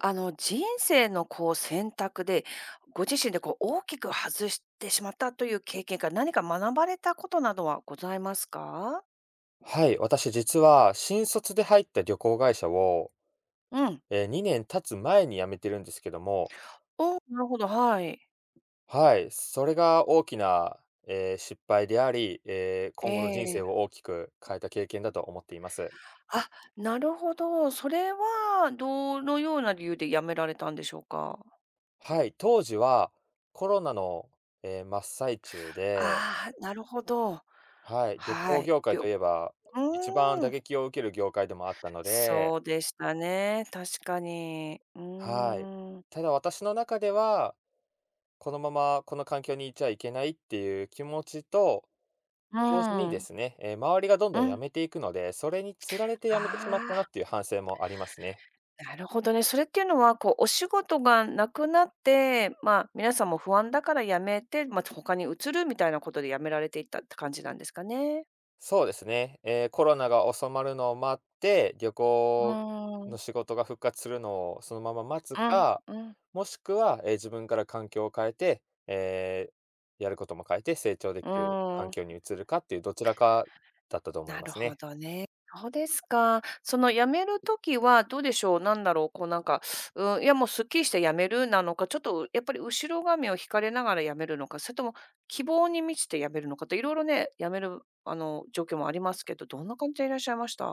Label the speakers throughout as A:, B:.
A: 人生のこう選択で、ご自身でこう大きく外してしまったという経験から何か学ばれたことなどはございますか？
B: はい、私実は新卒で入った旅行会社を、
A: うん。
B: 2年経つ前に辞めてるんですけども、
A: おなるほど、はい。
B: はい、それが大きな、失敗であり、
A: え
B: 今後の人生
A: え。
B: を大きく変えた経験だと思っています。
A: あ、なるほど。それはどのような理由で辞められたんでしょうか？
B: はい、当時はコロナの、真っ最中で、
A: ああー、なるほど。
B: はい、旅
A: は
B: 行
A: い。
B: 業界
A: り
B: と
A: ょ
B: いえば一番
A: う
B: 打
A: ーん。
B: 撃を受ける業界でもあったので、
A: そうでしたね、確かに。う
B: はい、
A: ーん。
B: ただ私の中ではこのままこの環境にいちゃいけないっていう気持ちと、
A: う
B: 同時にで
A: ん。
B: すね、周りがどんど
A: う
B: ん辞
A: ん。
B: めていくので、それにつられて
A: あ
B: 辞めてしまったなっ
A: あ。
B: ていう反省もありますね。
A: なるほどね。それっていうのは、こう、お仕事がなくなって、まあ、皆さんも不安だから辞めて、まあ、他に移るみたいなことで辞められていったって感じなんですかね？
B: そうですね、コロナが収まるのを待って、旅
A: う
B: 行
A: ー
B: の
A: ん。
B: 仕事が復活するのをそのまま待つ
A: うん、
B: か、
A: うん、
B: もしくは、自分から環境を変えて、ええ、やることも変えて成長で
A: う
B: きる
A: ー
B: 環
A: ん。
B: 境に移るかっていうどちらかだったと思い
A: な
B: ま
A: る
B: す
A: ほ
B: ね。
A: どね。そうですか。その辞めるときはどうでしょう、なんだろう、こうなんか、うん、いやもうすっきりして辞めるなのか、ちょっとやっぱり後ろ髪を引かれながら辞めるのか、それとも希望に満ちて辞めるのかと、いろいろね、辞めるあの、状況もありますけど、どんな感じでいらっしゃいました？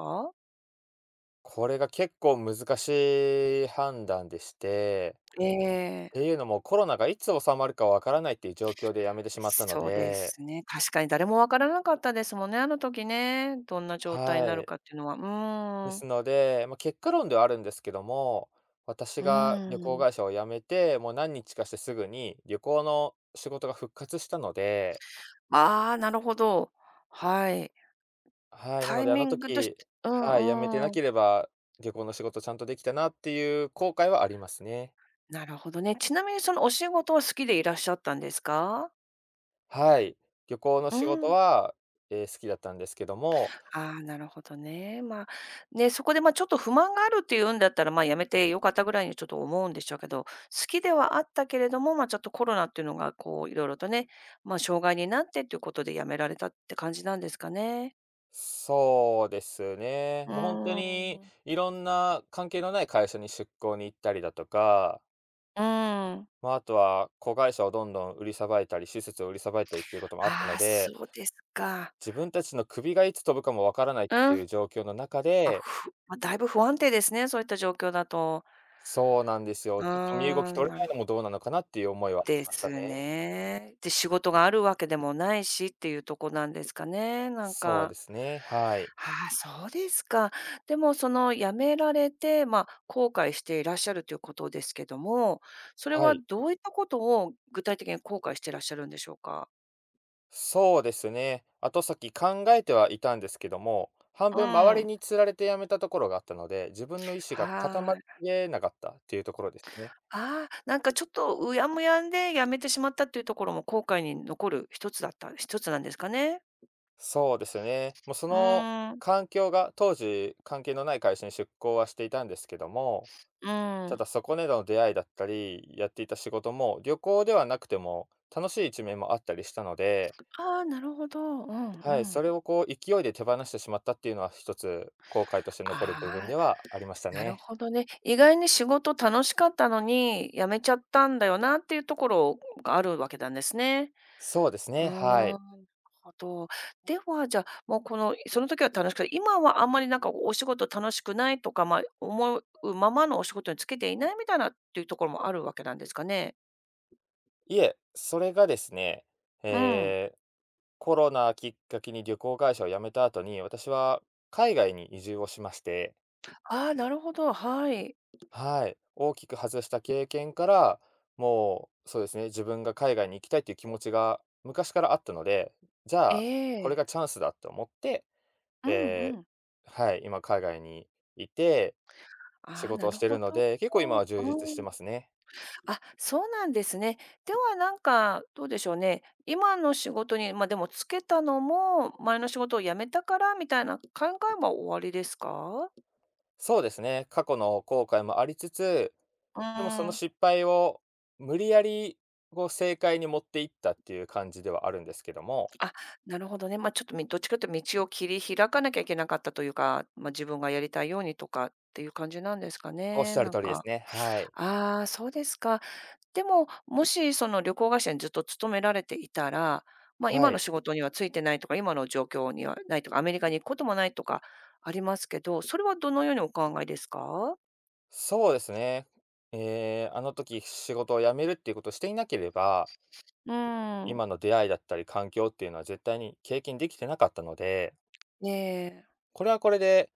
B: これが結構難しい判断でして、
A: ええ、
B: ていうのも、コロナがいつ収まるかわからないっていう状況で辞めてしまったの
A: そうで
B: で、
A: すね。確かに誰もわからなかったですもんね、あの時ね。どんな状態に
B: は
A: なる
B: い。
A: かっていうのは。う
B: で
A: ーん。
B: すので、まあ、結果論ではあるんですけども、私
A: う
B: が旅
A: ー
B: 行
A: ん。
B: 会社を辞めて、もう何日かしてすぐに旅行の仕事が復活したので、
A: ああ、なるほど。はい。
B: はい、な
A: タ
B: の
A: イ
B: であ
A: ミ
B: の
A: ングとして。
B: 時
A: う
B: はい、辞めてな
A: んうん。
B: ければ、旅行の仕事ちゃんとできたなっていう後悔はありますね。
A: なるほどね。ちなみにそのお仕事は好きでいらっしゃったんですか？
B: はい。旅行の仕
A: う
B: 事
A: ん。
B: は、好きだったんですけども、
A: ああ、なるほどね。まあ、ね、そこで、ま、ちょっと不満があるっていうんだったら、ま、やめてよかったぐらいにちょっと思うんでしょうけど、好きではあったけれども、ま、ちょっとコロナっていうのがこういろいろとね、ま、障害になってっていうことでやめられたって感じなんですかね。
B: そうですね。
A: う
B: もう本当
A: ー
B: に、
A: ん。
B: いろんな関係のない会社に出向に行ったりだとか、
A: うーん。
B: まあ、あとは子会社をどんどん売りさばいたり、施設を売りさばいたりっていうこともあった
A: あ
B: の
A: あ、
B: で、
A: そうですか。
B: 自分たちの首がいつ飛ぶかもわからないって
A: う
B: い
A: ん。
B: う状況の中
A: まあ、
B: で、
A: まあ、だいぶ不安定ですね、そういった状況だと。
B: そうなんですよ。
A: うー
B: ずっと身動き
A: ん、
B: 取れ
A: な
B: ない
A: る
B: のも
A: ほど
B: どうなのかなっていう思いはあり
A: で
B: ました
A: す
B: ね。
A: ね。で、仕事があるわけでもないしっていうとこなんですかね、なん
B: そうで
A: か。
B: すね、はい。
A: ああ、そうですか。でもその辞められて、まあ、後悔していらっしゃるということですけども、それ
B: は
A: は
B: い。
A: どういったことを具体的に後悔していらっしゃるんでしょうか？
B: そうですね。後先考えてはいたんですけども、半
A: う
B: 分周り
A: ん。
B: に釣られて辞めたところがあったので、自分の意思が固ま
A: はい。
B: りえなかったっていうところですね。
A: ああ、なんかちょっとうやむやんで辞めてしまったっていうところも後悔に残る一つだった一つなんですかね？
B: そうですね。もうそ
A: う
B: の
A: ーん、
B: 環境が、当時関係のない会社に出向はしていたんですけども、
A: う
B: た
A: ん。
B: だそこでの出会いだったり、やっていた仕事も旅行ではなくても楽しい一面もあったりしたので、
A: ああ、なるほど。うんう
B: はい、そ
A: ん。
B: れをこう勢いで手放してしまったっていうのは一つ後悔として残る
A: あ
B: 部分で
A: あ。
B: はありました
A: なる
B: ね。
A: ほどね。意外に仕事楽しかったのに、辞めちゃったんだよなっていうところがあるわけなんですね。
B: そうです
A: うー
B: ね、
A: ん、
B: は
A: な
B: い。
A: るほど。では、じゃあ、もうこの、その時は楽しくて、今はあんまりなんかお仕事楽しくないとか、まあ、思うままのお仕事に就けていないみたいなっていうところもあるわけなんですかね？
B: いえ、それがですね、
A: うん。
B: えーコロナきっかけに旅行会社を辞めた後に、私は海外に移住をしまして、
A: ああ、なるほど、はい。
B: はい、大きく外した経験から、もう、そうですね、自分が海外に行きたいという気持ちが昔からあったので、じゃあ、これ
A: え
B: が
A: え。
B: チャンスだと思って、
A: うん
B: え
A: うん。
B: ーはい、今海外にいて、仕
A: ああ、
B: 事
A: な
B: を
A: る
B: して
A: ほ
B: るの
A: ど。
B: で、結構今は充実し
A: う
B: て
A: ん。
B: ますね。
A: あ、そうなんですね。ではなんか、どうでしょうね。今の仕事に、ま、でもつけたのも、前の仕事を辞めたからみたいな考えは終わりですか？
B: そうですね、過去の後悔もありつつ
A: う
B: でもそ
A: ー
B: の
A: ん。
B: 失敗を無理やりこう正解に持っていったっていう感じではあるんですけども、
A: あ、なるほどね。ま、ちょっと、どっちかというと道を切り開かなきゃいけなかったというか、ま、自分がやりたいようにとかっていう感じなんですか
B: おっ
A: ね、
B: しゃる
A: なん
B: 通りです
A: か。
B: ね。はい。
A: ああ、そうですか。でも、もしその旅行会社にずっと勤められていたら、まあ、今
B: は
A: の
B: い。
A: 仕事にはついてないとか、今の状況にはないとか、アメリカに行くこともないとかありますけど、それはどのようにお考えですか？
B: そうですね。ええ、あの時仕事を辞めるっていうことをしていなければ、
A: うーん。
B: 今の出会いだったり環境っていうのは絶対に経験できてなかったので、
A: ねえ。
B: これはこれで、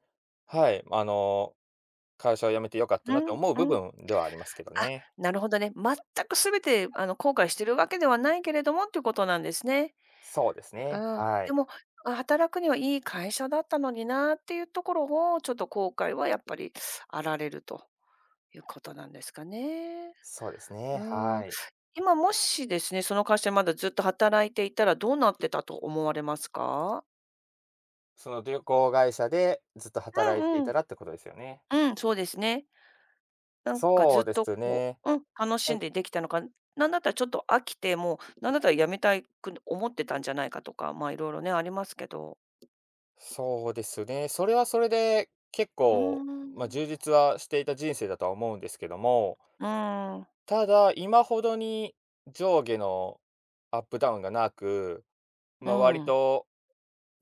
B: はい、あの、会社を辞めて良かった
A: う
B: なって
A: ん
B: 思う部
A: うん。
B: 分ではありますけど
A: あ、
B: ね。
A: なるほどね。全く全て後悔してるわけではないけれどもっていうことなんですね。
B: そうです
A: う
B: ね。
A: ん。
B: は
A: で
B: い。
A: も、あ、働くにはいい会社だったのになっていうところを、ちょっと後悔はやっぱりあられるということなんですかね。
B: そうですね。
A: うー
B: は
A: ん。
B: い。
A: 今もしですね、その会社でまだずっと働いていたらどうなってたと思われますか？
B: その旅行会社でずっと
A: う
B: 働いて
A: ん
B: い
A: うん。
B: たらってことですよね。
A: うん、そうですね。なんかず
B: そ
A: っ
B: うで
A: と
B: す
A: こ
B: ね。
A: ううん、楽し
B: え、
A: んでできたのか、なんだったらちょっと飽きて、もうなんだったら辞めたいく思ってたんじゃないかとか、まあ、いろいろね、ありますけど。
B: そうですね。それはそれで結
A: うー
B: 構、まあ、
A: ん。
B: 充実はしていた人生だとは思うんですけども、
A: うーん、
B: ただ、今ほどに上下のアップダウンがなく、
A: う
B: まあ、割
A: ん。
B: と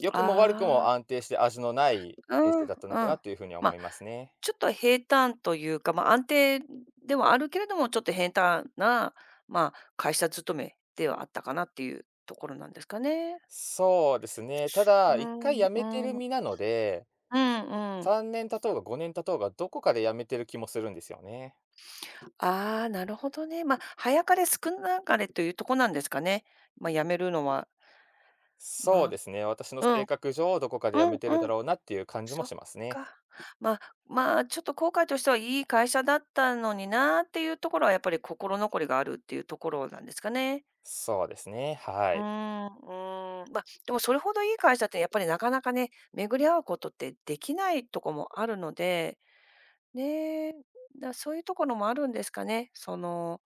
B: 良くも悪くも
A: あ
B: 安
A: あ、
B: 定して味のない
A: う
B: 人
A: ん、
B: 生
A: うん。
B: だったのか
A: ま
B: なというふうには思
A: あ
B: いますね。
A: ちょっと平坦というか、まあ、安定ではあるけれども、ちょっと平坦な、まあ、会社勤めではあったかなっていうところなんですかね。
B: そうですね。ただ、
A: う
B: 一回
A: ん、
B: 辞めてる
A: う
B: 身
A: ん。
B: なので
A: うんうん。
B: 3年経とうが5年経とうが、どこかで辞めてる気もするんですよね。
A: ああ、なるほどね。まあ、早かれ少なかれというとこなんですかね。まあ、辞めるのは。
B: そ
A: ま
B: う
A: あ、
B: ですね、私の
A: う
B: 性
A: ん、
B: 格上、どこかで辞
A: うん
B: めてるだ
A: うん、
B: ろうなっていう感じも
A: そっ
B: しますね。
A: か。まあ、まあ、ちょっと後悔としては、いい会社だったのになっていうところはやっぱり心残りがあるっていうところなんですかね。
B: そうですね、は
A: うー
B: い。
A: ん、うーん。まあ、でもそれほどいい会社ってやっぱりなかなかね、巡り合うことってできないとこもあるので、ねえ、そういうところもあるんですかね。その、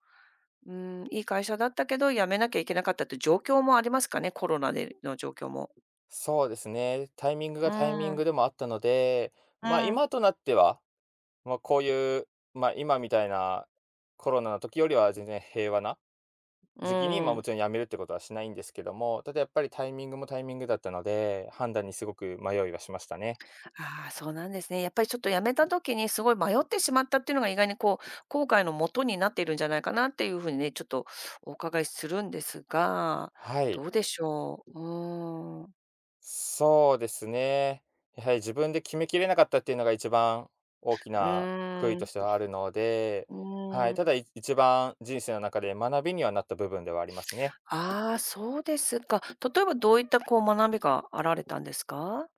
A: うん、いい会社だったけど辞めなきゃいけなかったっていう状況もありますかね、コロナでの状況も。
B: そうですね、タイミングが
A: う
B: タイミング
A: ん、
B: でもあったので、
A: う
B: まあ
A: ん、
B: 今となっては、ま、こういう、ま、今みたいなコロナの時よりは全然平和な
A: う
B: 時期に、まあも
A: ん。
B: ちろん辞めるってことはしないんですけども、ただやっぱりタイミングもタイミングだったので、判断にすごく迷いはしましたね。
A: ああ、そうなんですね。やっぱりちょっと辞めた時にすごい迷ってしまったっていうのが意外にこう、後悔の元になっているんじゃないかなっていうふうにね、ちょっとお伺いするんですが、
B: は
A: ど
B: い。
A: うでしょう。うーん。
B: そうですね。やはり自分で決めきれなかったっていうのが一番大き
A: う
B: な悔い
A: ー
B: と
A: ん。
B: してはあるので、
A: う
B: はい、
A: ー
B: ただ
A: ん。
B: い一番人生の中で学びにはなった部分ではありますね。
A: ああ、そうですか。例えばどういったこう学びがあられたんですか？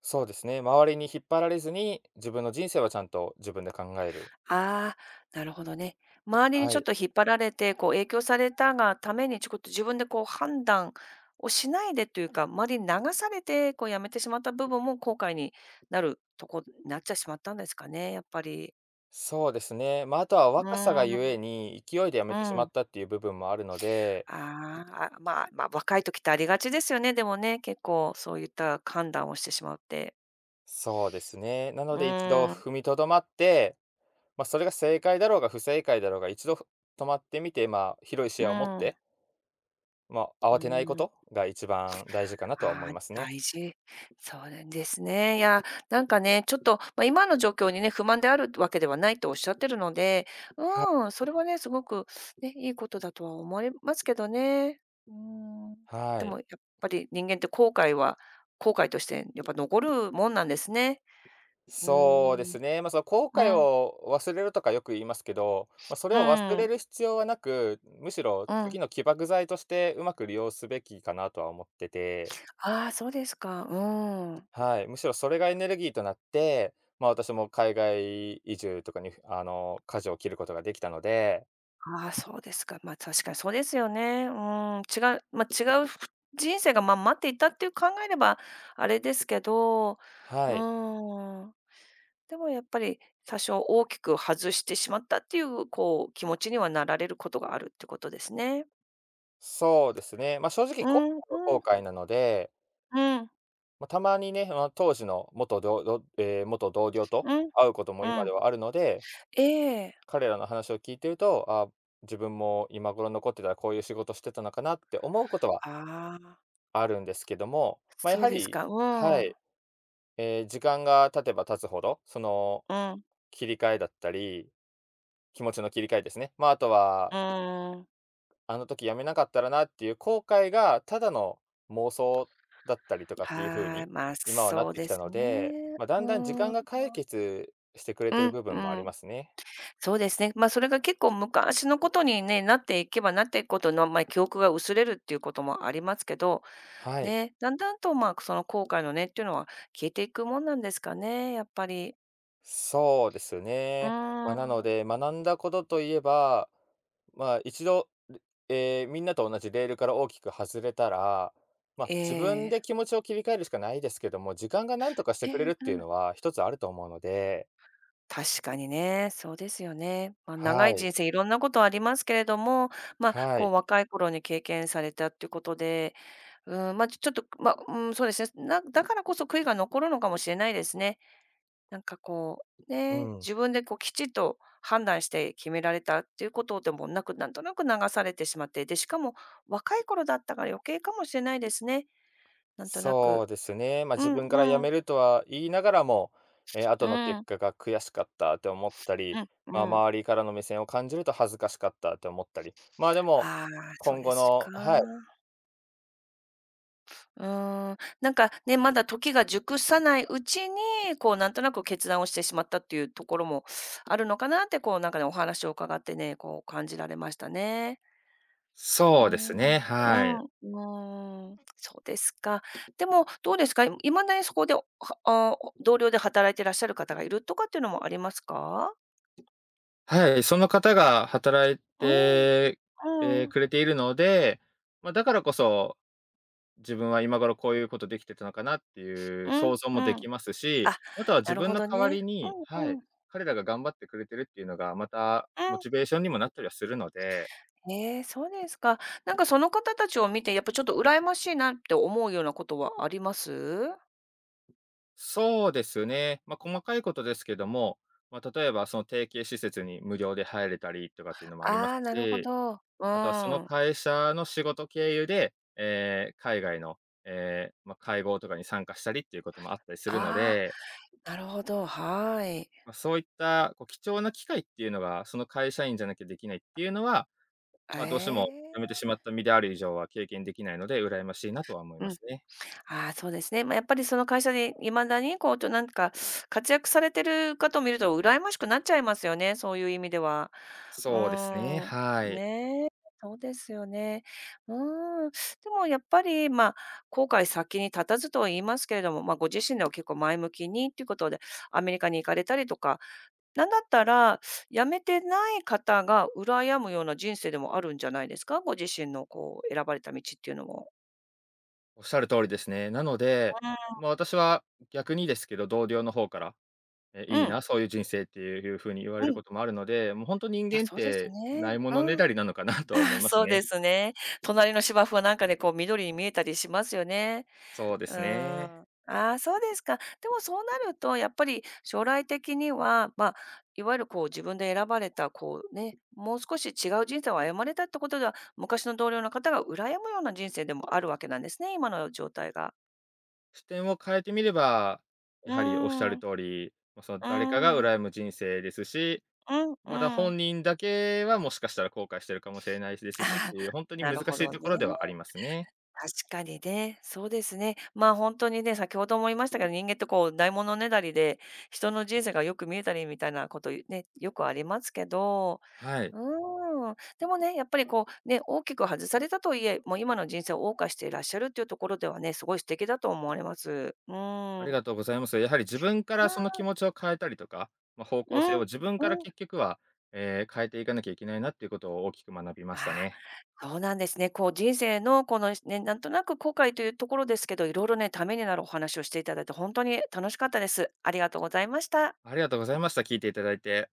B: そうですね。周りに引っ張られずに、自分の人生はちゃんと自分で考える。
A: ああ、なるほどね。周りに
B: は
A: ちょっ
B: い。
A: と引っ張られて、こう影響されたがために、ちょっと自分でこう判断をしないでというか、周りに流されて、こうやめてしまった部分も後悔になるとこになっちゃしまったんですかね、やっぱり。
B: そうですね。まあ、あとは
A: う
B: 若さがゆ
A: ー
B: え
A: ん、
B: に、勢いで辞めてしま
A: うん。
B: ったっていう部分もあるので、
A: ああ、あ、まあ、まあ、若い時ってありがちですよね、でもね、結構そういった判断をしてしまって。
B: そうですね。なの
A: う
B: で一度
A: ーん、
B: 踏みとどまって、まあ、それが正解だろうが不正解だろうが、一度止まってみて、まあ、広い
A: う
B: 視
A: ん、
B: 野を持って、
A: う
B: まあ、
A: ー
B: 慌てないこ
A: ん。
B: とが一番大事かなとは
A: あ
B: 思い
A: あ、
B: ますね。
A: 大事。そうなんですね。いや、なんかね、ちょっと、まあ、今の状況にね、不満であるわけではないとおっしゃってるので、
B: は
A: う
B: い。
A: ん、それはね、すごくね、いいことだとは思いますけどね。うん。
B: は
A: で
B: い。
A: もやっぱり人間って後悔は後悔としてやっぱ残るもんなんですね。う
B: そうで
A: ん。
B: すね、まあ、その後
A: う
B: 悔
A: ん、
B: を忘れるとかよく言いますけど、まあ、それ
A: う
B: を忘れ
A: ん、
B: る必要はなく、むしろ
A: う
B: 次
A: ん。
B: の起爆剤としてうまく利用すべきかなとは思ってて、
A: ああ、そうですか。うん。
B: はい、むしろそれがエネルギーとなって、まあ、私も海外移住とかに、あの、舵を切ることができたので、
A: ああ、そうですか。ま、確かにそうですよね。うん、違う人生が、ま、待っていたっていう考えればあれですけど、
B: は
A: う
B: い。
A: ん、でもやっぱり多少大きく外してしまったっていう、こう、気持ちにはなられることがあるってことですね。
B: そうですね。まあ、正直
A: う
B: 後
A: ん
B: 悔は後
A: うん、
B: 悔なので、
A: うん、
B: まあ、たまにね、まあ当時のええ、元同僚と
A: うん、
B: 会うことも今
A: う
B: で
A: ん。
B: はあるので、
A: ええ。
B: 彼らの話を聞いてると、あ、自分も今頃残ってたらこういう仕事してたのかなって思うことは
A: ああ、
B: あるんですけども、まあ、や
A: そう
B: は
A: です
B: り
A: か。う
B: は
A: ん、
B: い、ええ、時間が経てば経つほど、その、
A: うん、
B: 切り替えだったり、気持ちの切り替えですね。まあ、あと
A: う
B: は
A: ん。
B: あの時やめなかったらなっていう後悔が、ただの妄想だったりとかっていう風
A: はい、
B: に、
A: ま、あ
B: 今はなっ
A: そう
B: てき
A: で
B: た
A: す
B: ので、
A: ね。
B: まあ、だんだん時
A: う
B: 間
A: ん、
B: が解決してくれ
A: う
B: てる
A: ん、
B: 部分
A: う
B: もあり
A: ん。
B: ますね。
A: そうですね。まあ、それが結構昔のことにね、なっていけばなっていくことの、まあ、記憶が薄れるっていうこともありますけど、
B: はい。
A: ね、だんだんと、まあ、その後悔のねっていうのは消えていくもんなんですかね、やっぱり。
B: そうです
A: う
B: ね。まあ、
A: ー
B: なの
A: ん。
B: で、学んだことといえば、まあ、一度、みんなと同じレールから大きく外れたら、まあ、
A: え
B: 自分
A: え。
B: で気持ちを切り替えるしかないですけども、時間が何とかしてくれ
A: え
B: る
A: え、
B: って
A: う
B: いう
A: ん。
B: のは一つあると思うので、
A: 確かにね、そうですよね。まあ、長
B: は
A: い
B: い、
A: 人生いろんなことありますけれども、まあ、
B: は
A: こ
B: い、
A: う若い頃に経験されたっていうことで、うん、まあ、ちょっと、ま、うん、そうですね。なだからこそ悔いが残るのかもしれないですね。なんかこう、
B: う
A: ね、
B: ん。
A: 自分でこうきちっと判断して決められたっていうことでもなく、なんとなく流されてしまって、で、しかも若い頃だったから余計かもしれないですね。なんとな
B: そ
A: く。
B: うですね。まあ、
A: う
B: 自
A: ん、
B: 分から辞
A: う
B: め
A: ん。
B: るとは言いながらも、
A: う
B: 後の結
A: ん。
B: 果が悔しかったって思ったり、
A: う
B: まあ、
A: ん、うん。
B: 周りからの目線を感じると恥ずかしかったって思ったり、まあ、でも、
A: ああ、そう
B: 今
A: で
B: 後
A: す
B: の
A: か。
B: はい。
A: うーん。なんかね、まだ時が熟さないうちに、こうなんとなく決断をしてしまったっていうところもあるのかなって、こうなんかね、お話を伺ってね、こう感じられましたね。う
B: そうです
A: ーん、
B: ね、
A: う
B: はい。
A: ん、うーん。そうですか。でもどうですか？いまだにそこで、はあ、同僚で働いてらっしゃる方がいるとかっていうのもありますか？
B: はい、その方が働い
A: うん、
B: て、え、
A: うん、
B: くれているので、まあ、だからこそ自分は今頃こういうことできてたのかなっていう
A: う
B: 想
A: ん、
B: 像もで
A: う
B: き
A: ん。
B: ますし、
A: あ、
B: あとは自
A: なる
B: 分
A: ほ
B: の
A: ど
B: 代わり
A: ね。う
B: には
A: ん、う
B: い、
A: ん、
B: 彼らが頑張ってくれてるっていうのが、またモ
A: う
B: チベ
A: ん。
B: ーションにもなったりはするので、
A: ええ、そうですか。なんかその方たちを見て、やっぱちょっと羨ましいなって思うようなことはあります？
B: そうですね、まあ、細かいことですけども、まあ、例えばその提携施設に無料で入れたりとかっていうのもあります
A: ああ、なるほ
B: し、
A: ど。う
B: あとはその
A: ーん。
B: 会社の仕事経由で、海外の、ええ、まあ、会合とかに参加したりっていうこともあったりするの
A: ああ、
B: で、
A: なるほど、はい。
B: まあ、そういった、こう、貴重な機会っていうのが、その会社員じゃなきゃできないっていうのは、まあ、どうして
A: え
B: も辞めて
A: え。
B: しまった身である以上は経験できないので、羨ましいなとは思い
A: う
B: ま
A: ん。
B: すね。
A: ああ、そうですね。まあ、やっぱりその会社で未だにこう、ちょなんか活躍されてる方を見ると羨ましくなっちゃいますよね、そういう意味では。う
B: そうですね、
A: ーん。
B: はい。
A: ねえ、そうですよね。うーん。でもやっぱり、まあ、後悔先に立たずとは言いますけれども、まあ、ご自身では結構前向きにっていうことで、アメリカに行かれたりとか、なんだったら辞めてない方が羨むような人生でもあるんじゃないですか？ご自身のこう選ばれた道っていうのも。
B: おっしゃる通りですね。なので、まあ、私は逆にですけど、同僚の方から、い
A: う
B: い
A: ん。
B: な、そういう人生っていう風に言われ
A: う
B: る
A: ん。
B: こともあるので、もう本当人
A: いや、
B: 間っ
A: そうです
B: て
A: ね。
B: ないものね
A: うん。
B: だりなのかな とは思 い
A: あ、
B: ます
A: そうで
B: ね。
A: すね。隣の芝生はなんかね、こう緑に見えたりしますよね。
B: そうで
A: うー
B: すね。
A: ん。ああ、そうですか。でもそうなるとやっぱり将来的には、まあ、いわゆるこう自分で選ばれたこうね、もう少し違う人生を歩まれたってことでは、昔の同僚の方が羨むような人生でもあるわけなんですね、今の状態が。
B: 視点を変えてみれば、や
A: うー
B: はりおっしゃる
A: ん。う
B: 通り、ま、その誰かが
A: ーん。
B: 羨む人生ですし、
A: うん、
B: まだ
A: う
B: 本
A: ん。
B: 人だけはもしかしたら後悔してるかもしれないで すしっ
A: ああ、
B: ていう、本当に
A: な
B: 難
A: るほ
B: しい
A: どね。
B: ところではありますね。
A: 確かにね、そうですね。まあ、本当にね、先ほども言いましたけど、人間ってこうないものねだりで、人の人生がよく見えたりみたいなことね、よくありますけど、
B: はい。
A: うーん、でもね、やっぱりこう、ね、大きく外されたとはいえ、もう今の人生を謳歌していらっしゃるっていうところではね、すごい素敵だと思われます。うー
B: あり
A: ん。
B: がとうございます。やはり自分から
A: う
B: その
A: ん。
B: 気持ちを変えたりとか、まあ、方
A: う
B: 向性
A: ん、
B: を自分から
A: うん。
B: 結局は、ええ、変えていかなきゃいけないなっていうことを大きく学びま
A: あ
B: したね。
A: あ、そうなんですね。こう人生のこのね、なんとなく後悔というところですけど、いろいろね、ためになるお話をしていただいて、本当に楽しかったです。ありがとうございました。
B: ありがとうございました。聞いていただいて。